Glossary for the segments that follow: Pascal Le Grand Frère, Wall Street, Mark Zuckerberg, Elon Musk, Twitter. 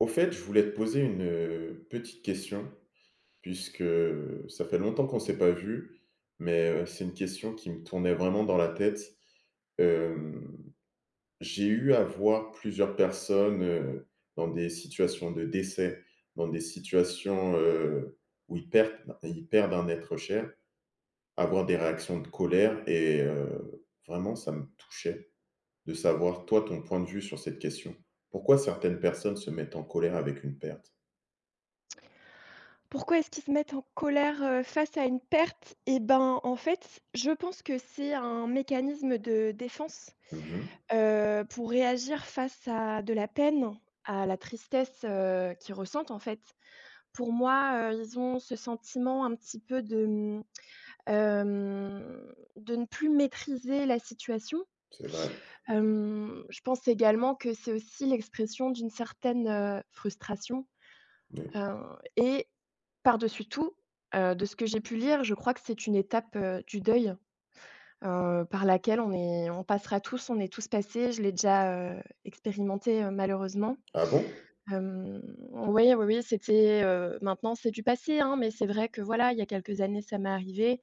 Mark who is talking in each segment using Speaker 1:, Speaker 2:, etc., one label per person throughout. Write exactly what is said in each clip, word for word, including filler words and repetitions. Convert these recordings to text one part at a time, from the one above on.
Speaker 1: Au fait, je voulais te poser une heu, petite question, puisque ça fait longtemps qu'on ne s'est pas vu, mais heu, c'est une question qui me tournait vraiment dans la tête. Hem, j'ai eu à voir plusieurs personnes, heu, dans des situations de décès, dans des situations, heu, où ils perdent ils perdent un être cher, avoir des réactions de colère et heu, vraiment ça me touchait de savoir, toi, ton point de vue sur cette question. Pourquoi certaines personnes se mettent en colère avec une perte?
Speaker 2: Pourquoi est-ce qu'ils se mettent en colère, heu, face à une perte? Eh ben, en fait, je pense que c'est un mécanisme de défense,
Speaker 1: Mmh.
Speaker 2: heu, pour réagir face à de la peine, à la tristesse, heu, qu'ils ressentent, en fait. Pour moi, heu, ils ont ce sentiment un petit peu de, mmh, de ne plus maîtriser la situation.
Speaker 1: C'est vrai,
Speaker 2: Hem, je pense également que c'est aussi l'expression d'une certaine, heu, frustration.
Speaker 1: oui.
Speaker 2: Heu et par-dessus tout, heu, de ce que j'ai pu lire, je crois que c'est une étape, heu, du deuil, heu, par laquelle on est on passera tous, on est tous passés. Je l'ai déjà, heu, expérimenté, heu, malheureusement.
Speaker 1: Ah bon?
Speaker 2: Hem, oui, oui, oui, c'était, heu maintenant c'est du passé, hein, mais c'est vrai que voilà, il y a quelques années, ça m'est arrivé.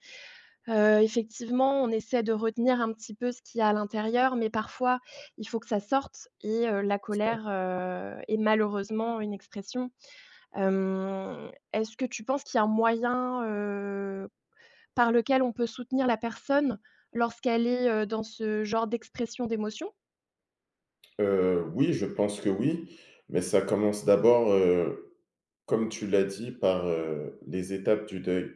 Speaker 2: Heu, effectivement, on essaie de retenir un petit peu ce qu'il y a à l'intérieur, mais parfois, il faut que ça sorte et heu, la colère, heu, est malheureusement une expression. Hem, est-ce que tu penses qu'il y a un moyen, heu, par lequel on peut soutenir la personne lorsqu'elle est, heu, dans ce genre d'expression d'émotion?
Speaker 1: Heu, oui, je pense que oui, mais ça commence d'abord, heu, comme tu l'as dit, par, heu, les étapes du deuil.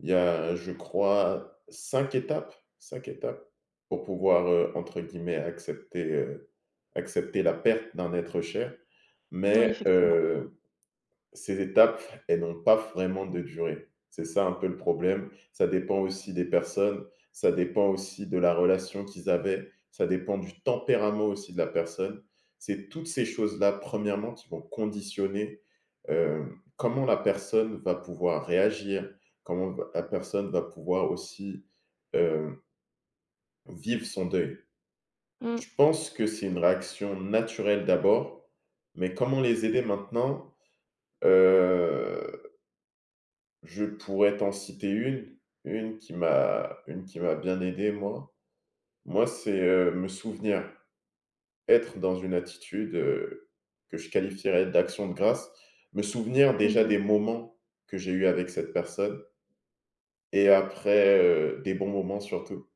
Speaker 1: Il y a, je crois, cinq étapes Cinq étapes pour pouvoir, heu, entre guillemets «accepter», heu, accepter la perte d'un être cher.
Speaker 2: Oui,
Speaker 1: Mais,
Speaker 2: effectivement.
Speaker 1: heu Ces étapes, elles n'ont pas vraiment de durée. C'est ça un peu le problème. Ça dépend aussi des personnes, ça dépend aussi de la relation qu'ils avaient, ça dépend du tempérament aussi de la personne. C'est toutes ces choses-là, premièrement, qui vont conditionner, heu, comment la personne va pouvoir réagir, comment la personne va pouvoir aussi, heu, vivre son deuil.
Speaker 2: Mmh.
Speaker 1: Je pense que c'est une réaction naturelle d'abord, mais comment les aider maintenant? Heu Je pourrais t'en citer une, une qui m'a une qui m'a bien aidé moi. Moi, c'est, heu, me souvenir, être dans une attitude, heu, que je qualifierais d'action de grâce. Me souvenir
Speaker 2: Mmh
Speaker 1: déjà
Speaker 2: mh.
Speaker 1: des moments que j'ai eus avec cette personne et après, heu, des bons moments surtout.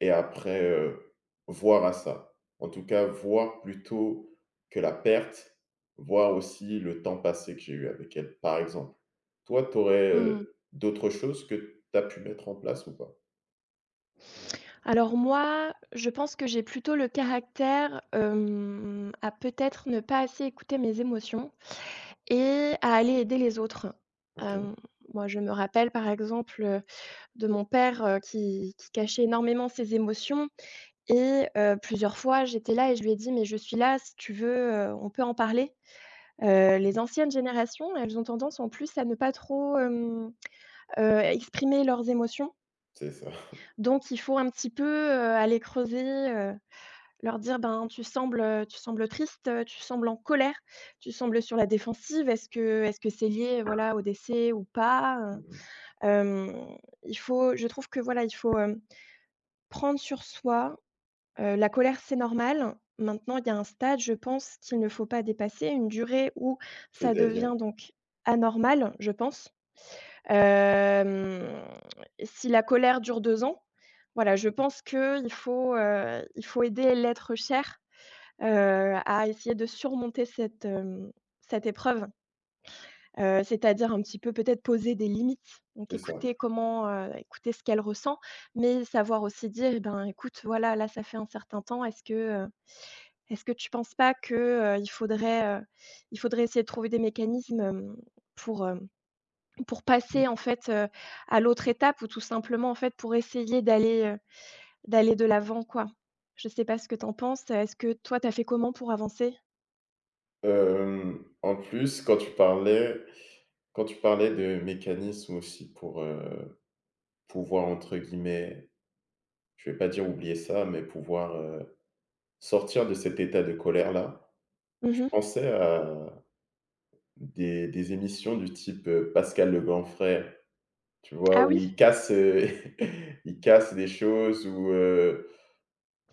Speaker 1: Et après, heu, voir à ça. En tout cas, voir plutôt que la perte, voir aussi le temps passé que j'ai eu avec elle, par exemple. Toi, tu aurais,
Speaker 2: Mmh.
Speaker 1: d'autres choses que tu as pu mettre en place ou pas?
Speaker 2: Alors moi, je pense que j'ai plutôt le caractère, hem, à peut-être ne pas assez écouter mes émotions et à aller aider les autres.
Speaker 1: OK,
Speaker 2: Hem, Moi, je me rappelle, par exemple, heu, de mon père, heu, qui qui cachait énormément ses émotions. Et heu, plusieurs fois, j'étais là et je lui ai dit: «Mais je suis là, si tu veux, heu, on peut en parler». Heu, les anciennes générations, elles ont tendance en plus à ne pas trop, hem, heu, exprimer leurs émotions.
Speaker 1: c'est ça.
Speaker 2: Donc il faut un petit peu, heu, aller creuser, heu, leur dire: «Ben, tu sembles, euh, tu sembles triste, heu, tu sembles en colère, tu sembles sur la défensive. Est-ce que est-ce que c'est lié, voilà, au décès ou pas, heu?»
Speaker 1: Mmh.
Speaker 2: Il faut, je trouve que, voilà, il faut, hem, prendre sur soi. Heu, la colère, c'est normal. Maintenant, il y a un stade, je pense, qu'il ne faut pas dépasser, une durée où ça
Speaker 1: C'est-à-dire?
Speaker 2: devient donc anormal, je pense. Hem, Si la colère dure deux ans, voilà, je pense qu'il faut, heu, il faut aider l'être cher, heu, à essayer de surmonter cette, hem, cette épreuve. Heu, c'est-à-dire un petit peu peut-être poser des limites, donc
Speaker 1: C'est ça.
Speaker 2: écouter comment, heu, écouter ce qu'elle ressent, mais savoir aussi dire: «Eh ben, écoute, voilà, là, ça fait un certain temps, est-ce que, heu» Est-ce que tu penses pas que, heu, il faudrait, heu, il faudrait essayer de trouver des mécanismes, hem, pour, hem, pour
Speaker 1: Mmh.
Speaker 2: passer en fait, heu, à l'autre étape ou tout simplement en fait pour essayer d'aller, heu, d'aller de l'avant quoi? Je sais pas ce que tu en penses, est-ce que toi tu as fait comment pour avancer?
Speaker 1: Hem, en plus, quand tu parlais quand tu parlais de mécanismes aussi pour, heu, pouvoir entre guillemets, je vais pas dire oublier ça, mais pouvoir, heu, sortir de cet état de colère-là, je
Speaker 2: Mmh.
Speaker 1: pensais à Des des émissions du type, heu, Pascal Le Grand Frère, tu vois?
Speaker 2: Ah
Speaker 1: Où
Speaker 2: oui?
Speaker 1: il casse, heu, il casse des choses ou, heu,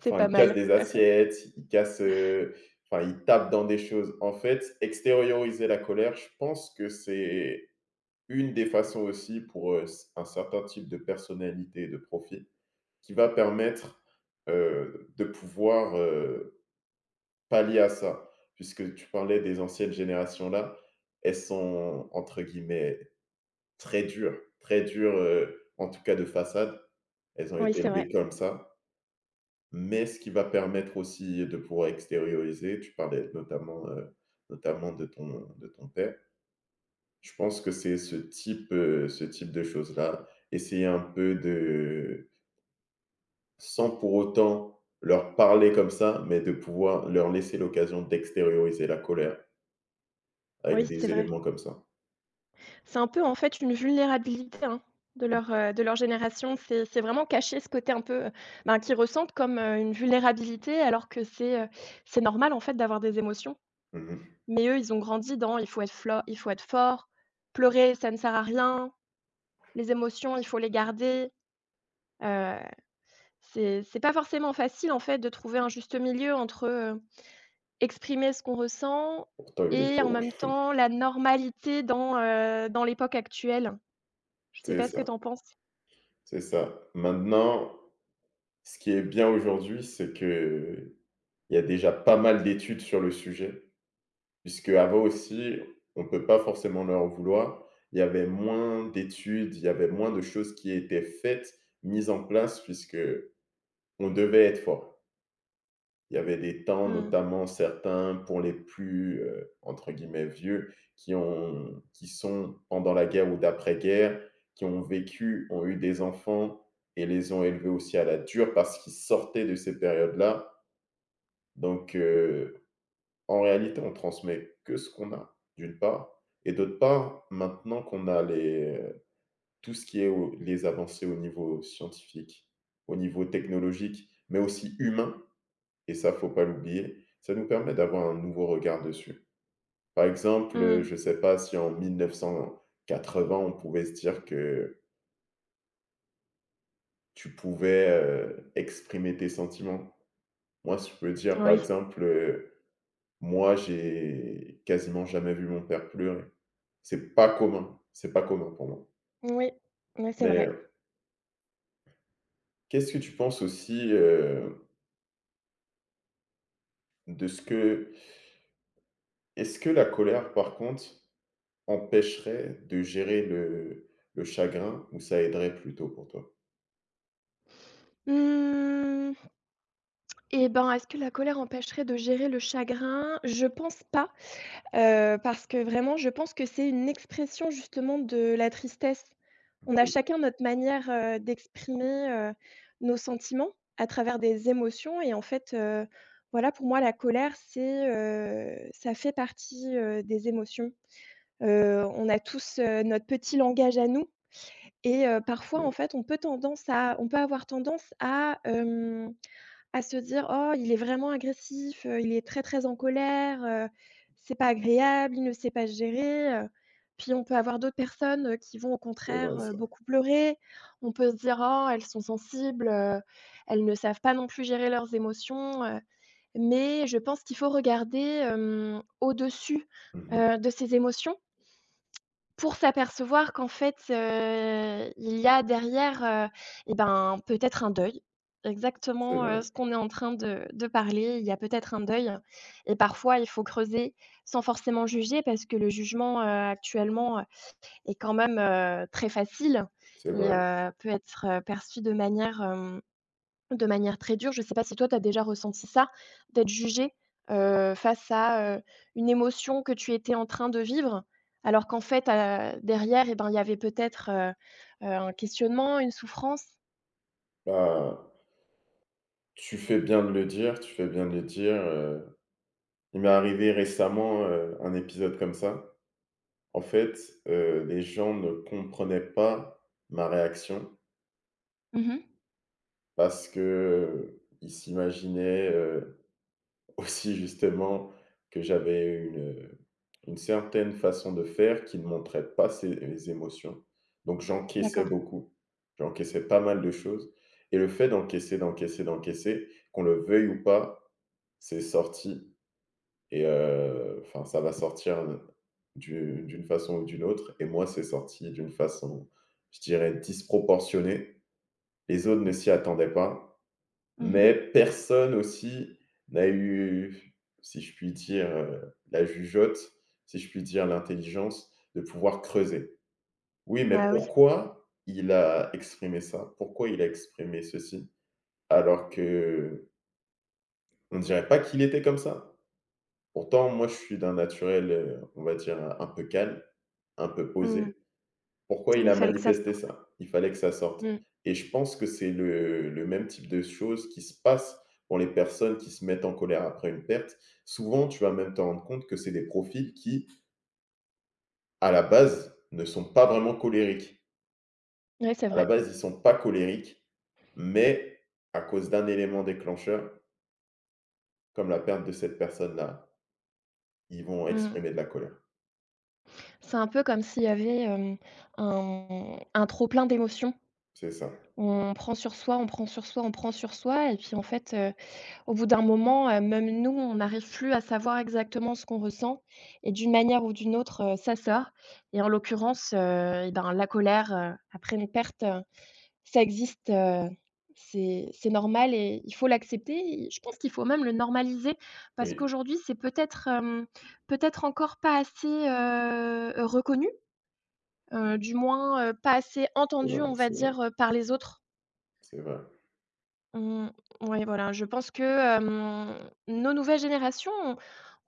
Speaker 2: C'est pas
Speaker 1: il casse
Speaker 2: mal.
Speaker 1: des assiettes, il casse, heu, enfin, il tape dans des choses. En fait, extérioriser la colère, je pense que c'est une des façons aussi pour, heu, un certain type de personnalité de profil qui va permettre, heu, de pouvoir, heu, pallier à ça. Puisque tu parlais des anciennes générations là, elles sont entre guillemets Très dures, très dures, heu, en tout cas de façade. Elles ont
Speaker 2: Oui,
Speaker 1: été
Speaker 2: c'est vrai.
Speaker 1: élevées comme ça, mais ce qui va permettre aussi de pouvoir extérioriser, tu parlais notamment, heu, notamment de ton de ton père. Je pense que c'est ce type, heu, ce type de choses-là. Essayer un peu de sans pour autant leur parler comme ça, mais de pouvoir leur laisser l'occasion d'extérioriser la colère avec
Speaker 2: Oui, c'est
Speaker 1: des
Speaker 2: vrai.
Speaker 1: éléments comme ça.
Speaker 2: C'est un peu, en fait, une vulnérabilité, hein, de
Speaker 1: Mmh.
Speaker 2: leur, heu, de leur génération. C'est c'est vraiment cacher ce côté un peu, heu, ben, qu'ils ressentent comme, heu, une vulnérabilité, alors que c'est, heu, c'est normal, en fait, d'avoir des émotions.
Speaker 1: Mmh mh.
Speaker 2: Mais eux, ils ont grandi dans: «Il faut être flo il faut être fort, pleurer, ça ne sert à rien, les émotions, il faut les garder». Heu, c'est c'est pas forcément facile, en fait, de trouver un juste milieu entre, euh, exprimer ce qu'on ressent
Speaker 1: Pourtant, il le
Speaker 2: et en
Speaker 1: faut.
Speaker 2: même temps la normalité dans, heu, dans l'époque actuelle. Je sais
Speaker 1: C'est
Speaker 2: pas ce que
Speaker 1: ça,
Speaker 2: tu en penses?
Speaker 1: c'est ça. Maintenant, Ce qui est bien aujourd'hui, c'est que il y a déjà pas mal d'études sur le sujet. Puisque avant aussi, on peut pas forcément leur vouloir. Il y avait moins d'études, il y avait moins de choses qui étaient faites, mises en place, puisque on devait être fort. Il y avait des temps,
Speaker 2: Mmh.
Speaker 1: notamment certains pour les plus, heu, entre guillemets «vieux», qui ont qui sont pendant la guerre ou d'après-guerre, qui ont vécu, ont eu des enfants et les ont élevés aussi à la dure parce qu'ils sortaient de ces périodes-là. Donc, heu, en réalité, on transmet que ce qu'on a, d'une part et d'autre part, maintenant qu'on a les tout ce qui est au les avancées au niveau scientifique, au niveau technologique, mais aussi humain et ça, faut pas l'oublier, ça nous permet d'avoir un nouveau regard dessus. Par exemple, heu,
Speaker 2: Mmh.
Speaker 1: je sais pas si en mille neuf cent quatre-vingts, on pouvait se dire que tu pouvais, heu, exprimer tes sentiments. Moi, je peux dire, par
Speaker 2: Oui.
Speaker 1: exemple, heu Moi, j'ai quasiment jamais vu mon père pleurer. C'est pas commun, c'est pas commun pour moi.
Speaker 2: Oui. Ouais, c'est
Speaker 1: Mais
Speaker 2: vrai.
Speaker 1: heu, qu'est-ce que tu penses aussi, heu, de ce que est-ce que la colère, par contre, empêcherait de gérer le le chagrin ou ça aiderait plutôt pour toi?
Speaker 2: Mmh, et ben, est-ce que la colère empêcherait de gérer le chagrin? Je pense pas. Heu, parce que vraiment, je pense que c'est une expression justement de la tristesse. On a
Speaker 1: OK.
Speaker 2: chacun notre manière, heu, d'exprimer, heu, nos sentiments à travers des émotions et en fait, heu, voilà, pour moi, la colère, c'est, heu, ça fait partie, heu, des émotions. Heu, on a tous, heu, notre petit langage à nous et heu, parfois, en
Speaker 1: Oui,
Speaker 2: fait, on peut tendance à on peut avoir tendance à, à se dire: «Oh, il est vraiment agressif, heu, il est très, très en colère, heu, c'est pas agréable, il ne sait pas se gérer», heu, puis on peut avoir d'autres personnes, heu, qui vont au
Speaker 1: c'est vrai
Speaker 2: contraire, heu,
Speaker 1: ça.
Speaker 2: beaucoup pleurer. On peut se dire: «Oh, elles sont sensibles, heu, elles ne savent pas non plus gérer leurs émotions», heu, mais je pense qu'il faut regarder, hem, au-dessus,
Speaker 1: Mmh mh.
Speaker 2: heu, de ces émotions pour s'apercevoir qu'en fait, heu, il y a derrière, heu et ben, peut-être un deuil.
Speaker 1: C'est
Speaker 2: Exactement,
Speaker 1: vrai,
Speaker 2: heu, ce qu'on est en train de de parler, il y a peut-être un deuil et parfois il faut creuser sans forcément juger, parce que le jugement, heu, actuellement, heu, est quand même, heu, très facile
Speaker 1: c'est
Speaker 2: et
Speaker 1: vrai.
Speaker 2: heu, peut être, heu, perçu de manière, hem de manière très dure. Je ne sais pas si toi tu as déjà ressenti ça, d'être jugé, heu, face à, heu, une émotion que tu étais en train de vivre, alors qu'en fait, heu, derrière et ben, il y avait peut-être, heu heu, un questionnement, une souffrance?
Speaker 1: Bah, tu fais bien de le dire, tu fais bien de le dire, heu, il m'est arrivé récemment, heu, un épisode comme ça. En fait, heu, les gens ne comprenaient pas ma réaction
Speaker 2: Mmh.
Speaker 1: parce que, heu, ils s'imaginaient, heu, aussi justement que j'avais une, euh, une certaine façon de faire qui ne montrait pas ses les émotions. Donc j'encaissais
Speaker 2: D'accord.
Speaker 1: beaucoup, j'encaissais pas mal de choses et le fait d'encaisser, d'encaisser, d'encaisser, qu'on le veuille ou pas, c'est sorti. Et heu, enfin, ça va sortir d'u d'une façon ou d'une autre et moi, c'est sorti d'une façon, je dirais, disproportionnée. Les autres ne s'y attendaient pas,
Speaker 2: Mmh mh.
Speaker 1: mais personne aussi n'a eu, si je puis dire, heu, la jugeote, si je puis dire, l'intelligence de pouvoir creuser. Oui, mais
Speaker 2: Bah, oui.
Speaker 1: pourquoi il a exprimé ça? Pourquoi il a exprimé ceci? Alors que on dirait pas qu'il était comme ça. Pourtant, moi, je suis d'un naturel, heu, on va dire, un peu calme. Un peu
Speaker 2: Mmh.
Speaker 1: posé. Pourquoi il
Speaker 2: Mais il
Speaker 1: a
Speaker 2: fallait que ça
Speaker 1: manifesté
Speaker 2: sorte.
Speaker 1: ça? Il fallait que ça sorte
Speaker 2: Mmh.
Speaker 1: et je pense que c'est le le même type de choses qui se passe pour les personnes qui se mettent en colère après une perte. Souvent, tu vas même te rendre compte que c'est des profils qui, à la base, ne sont pas vraiment colériques.
Speaker 2: Ouais, c'est
Speaker 1: À la
Speaker 2: vrai.
Speaker 1: base, ils sont pas colériques, mais à cause d'un élément déclencheur, comme la perte de cette personne-là, ils vont
Speaker 2: Mmh.
Speaker 1: exprimer de la colère.
Speaker 2: C'est un peu comme s'il y avait, hem, un un trop plein d'émotions.
Speaker 1: C'est ça.
Speaker 2: On prend sur soi, on prend sur soi, on prend sur soi et puis en fait, au bout d'un moment, heu, même nous, on n'arrive plus à savoir exactement ce qu'on ressent et d'une manière ou d'une autre, heu, ça sort et en l'occurrence, heu et ben, la colère, heu, après une perte, heu, ça existe, heu, c'est c'est normal et il faut l'accepter et je pense qu'il faut même le normaliser parce
Speaker 1: Oui,
Speaker 2: qu'aujourd'hui, c'est peut-être, hem, peut-être encore pas assez, heu reconnu, heu, du moins, heu, pas assez
Speaker 1: c'est
Speaker 2: entendu,
Speaker 1: vrai,
Speaker 2: on va
Speaker 1: c'est vrai,
Speaker 2: dire, heu, par les autres.
Speaker 1: c'est vrai.
Speaker 2: Mmh, ouais, voilà, je pense que, hem, nos nouvelles générations,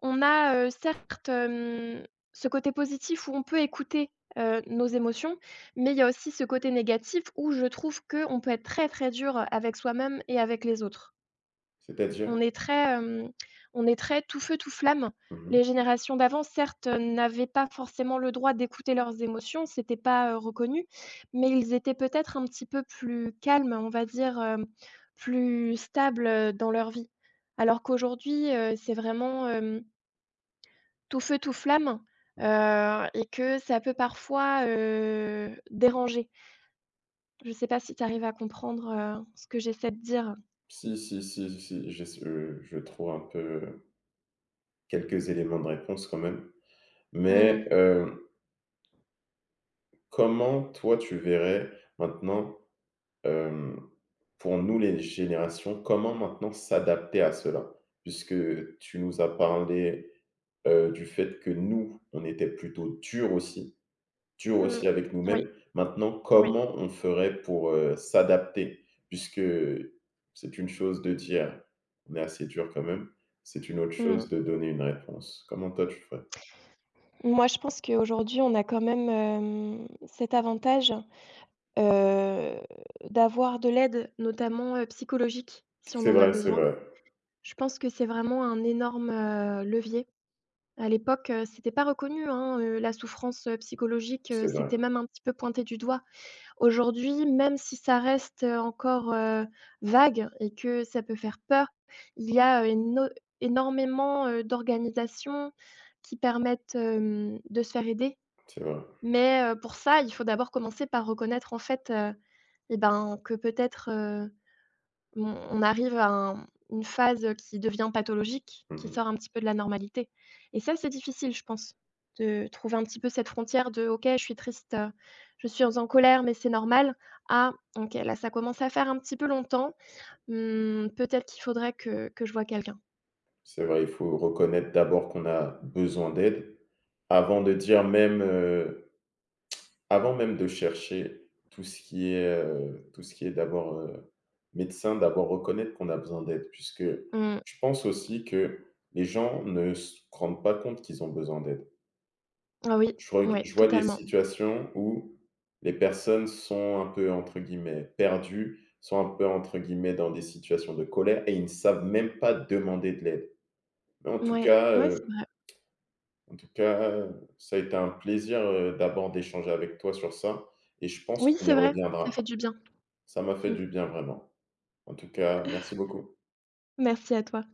Speaker 2: on a, heu, certes, hem, ce côté positif où on peut écouter, heu, nos émotions, mais il y a aussi ce côté négatif où je trouve qu'on peut être très, très dur avec soi-même et avec les autres.
Speaker 1: C'est-à-dire?
Speaker 2: On est très, hem, on est très tout feu, tout flamme.
Speaker 1: Mmh.
Speaker 2: Les générations d'avant, certes, euh, n'avaient pas forcément le droit d'écouter leurs émotions, c'était pas, heu, reconnu, mais ils étaient peut-être un petit peu plus calmes, on va dire, hem, plus stables, heu, dans leur vie. Alors qu'aujourd'hui, heu, c'est vraiment, hem tout feu, tout flamme, heu et que ça peut parfois, heu, déranger. Je ne sais pas si tu arrives à comprendre, heu, ce que j'essaie de dire?
Speaker 1: Si, si, si, si, si, j'ai s euh, je trouve un peu quelques éléments de réponse quand même.
Speaker 2: Mmh,
Speaker 1: Mais, heu, comment toi tu verrais maintenant, hem, pour nous les générations, comment maintenant s'adapter à cela? Puisque tu nous as parlé, heu, du fait que nous, on était plutôt durs aussi. Dur
Speaker 2: mmh.
Speaker 1: aussi avec
Speaker 2: Oui,
Speaker 1: nous-mêmes. Maintenant,
Speaker 2: oui.
Speaker 1: comment on ferait pour, heu, s'adapter? Puisque c'est une chose de dire: «On est assez dur quand même», c'est une autre
Speaker 2: Mmh.
Speaker 1: chose de donner une réponse. Comment toi tu ferais?
Speaker 2: Moi, je pense qu'aujourd'hui, on a quand même, hem, cet avantage, heu, d'avoir de l'aide, notamment, heu, psychologique, si on
Speaker 1: C'est
Speaker 2: en a
Speaker 1: vrai, c'est
Speaker 2: besoin.
Speaker 1: vrai,
Speaker 2: Je pense que c'est vraiment un énorme, heu, levier. À l'époque, heu, c'était pas reconnu, hein, heu, la souffrance, heu, psychologique, heu,
Speaker 1: c'est vrai,
Speaker 2: c'était même un petit peu pointé du doigt. Aujourd'hui, même si ça reste, heu, encore, heu, vague et que ça peut faire peur, il y a, heu, éno énormément, heu, d'organisations qui permettent, hem, de se faire aider.
Speaker 1: c'est vrai.
Speaker 2: Mais, heu, pour ça, il faut d'abord commencer par reconnaître en fait, heu et ben, que peut-être, on on arrive à un une phase, qui devient pathologique, qui
Speaker 1: Mmh.
Speaker 2: sort un petit peu de la normalité et ça, c'est difficile, je pense, de trouver un petit peu cette frontière de: «OK, je suis triste, heu, je suis en colère, mais c'est normal». Ah, «OK, là, ça commence à faire un petit peu longtemps, mmh, peut-être qu'il faudrait que que je vois quelqu'un».
Speaker 1: C'est vrai, il faut reconnaître d'abord qu'on a besoin d'aide avant de dire même, heu Avant même de chercher tout ce qui est, heu, tout ce qui est d'abord, heu, médecin, d'abord reconnaître qu'on a besoin d'aide puisque
Speaker 2: Mmh.
Speaker 1: je pense aussi que les gens ne se rendent pas compte qu'ils ont besoin d'aide.
Speaker 2: Ah oui,
Speaker 1: Je reg
Speaker 2: ouais,
Speaker 1: je vois des
Speaker 2: totalement.
Speaker 1: situations où les personnes sont un peu, entre guillemets, «perdues», sont un peu, entre guillemets, dans des situations de colère et ils ne savent même pas demander de l'aide. Mais en tout
Speaker 2: Ouais,
Speaker 1: cas,
Speaker 2: ouais, c'est
Speaker 1: heu,
Speaker 2: vrai.
Speaker 1: en tout cas, heu, ça a été un plaisir, heu, d'abord d'échanger avec toi sur ça et je pense
Speaker 2: Oui,
Speaker 1: qu'on y
Speaker 2: c'est vrai, ça fait
Speaker 1: reviendra.
Speaker 2: du bien.
Speaker 1: Ça m'a fait du bien vraiment. En tout cas, merci beaucoup.
Speaker 2: Merci à toi.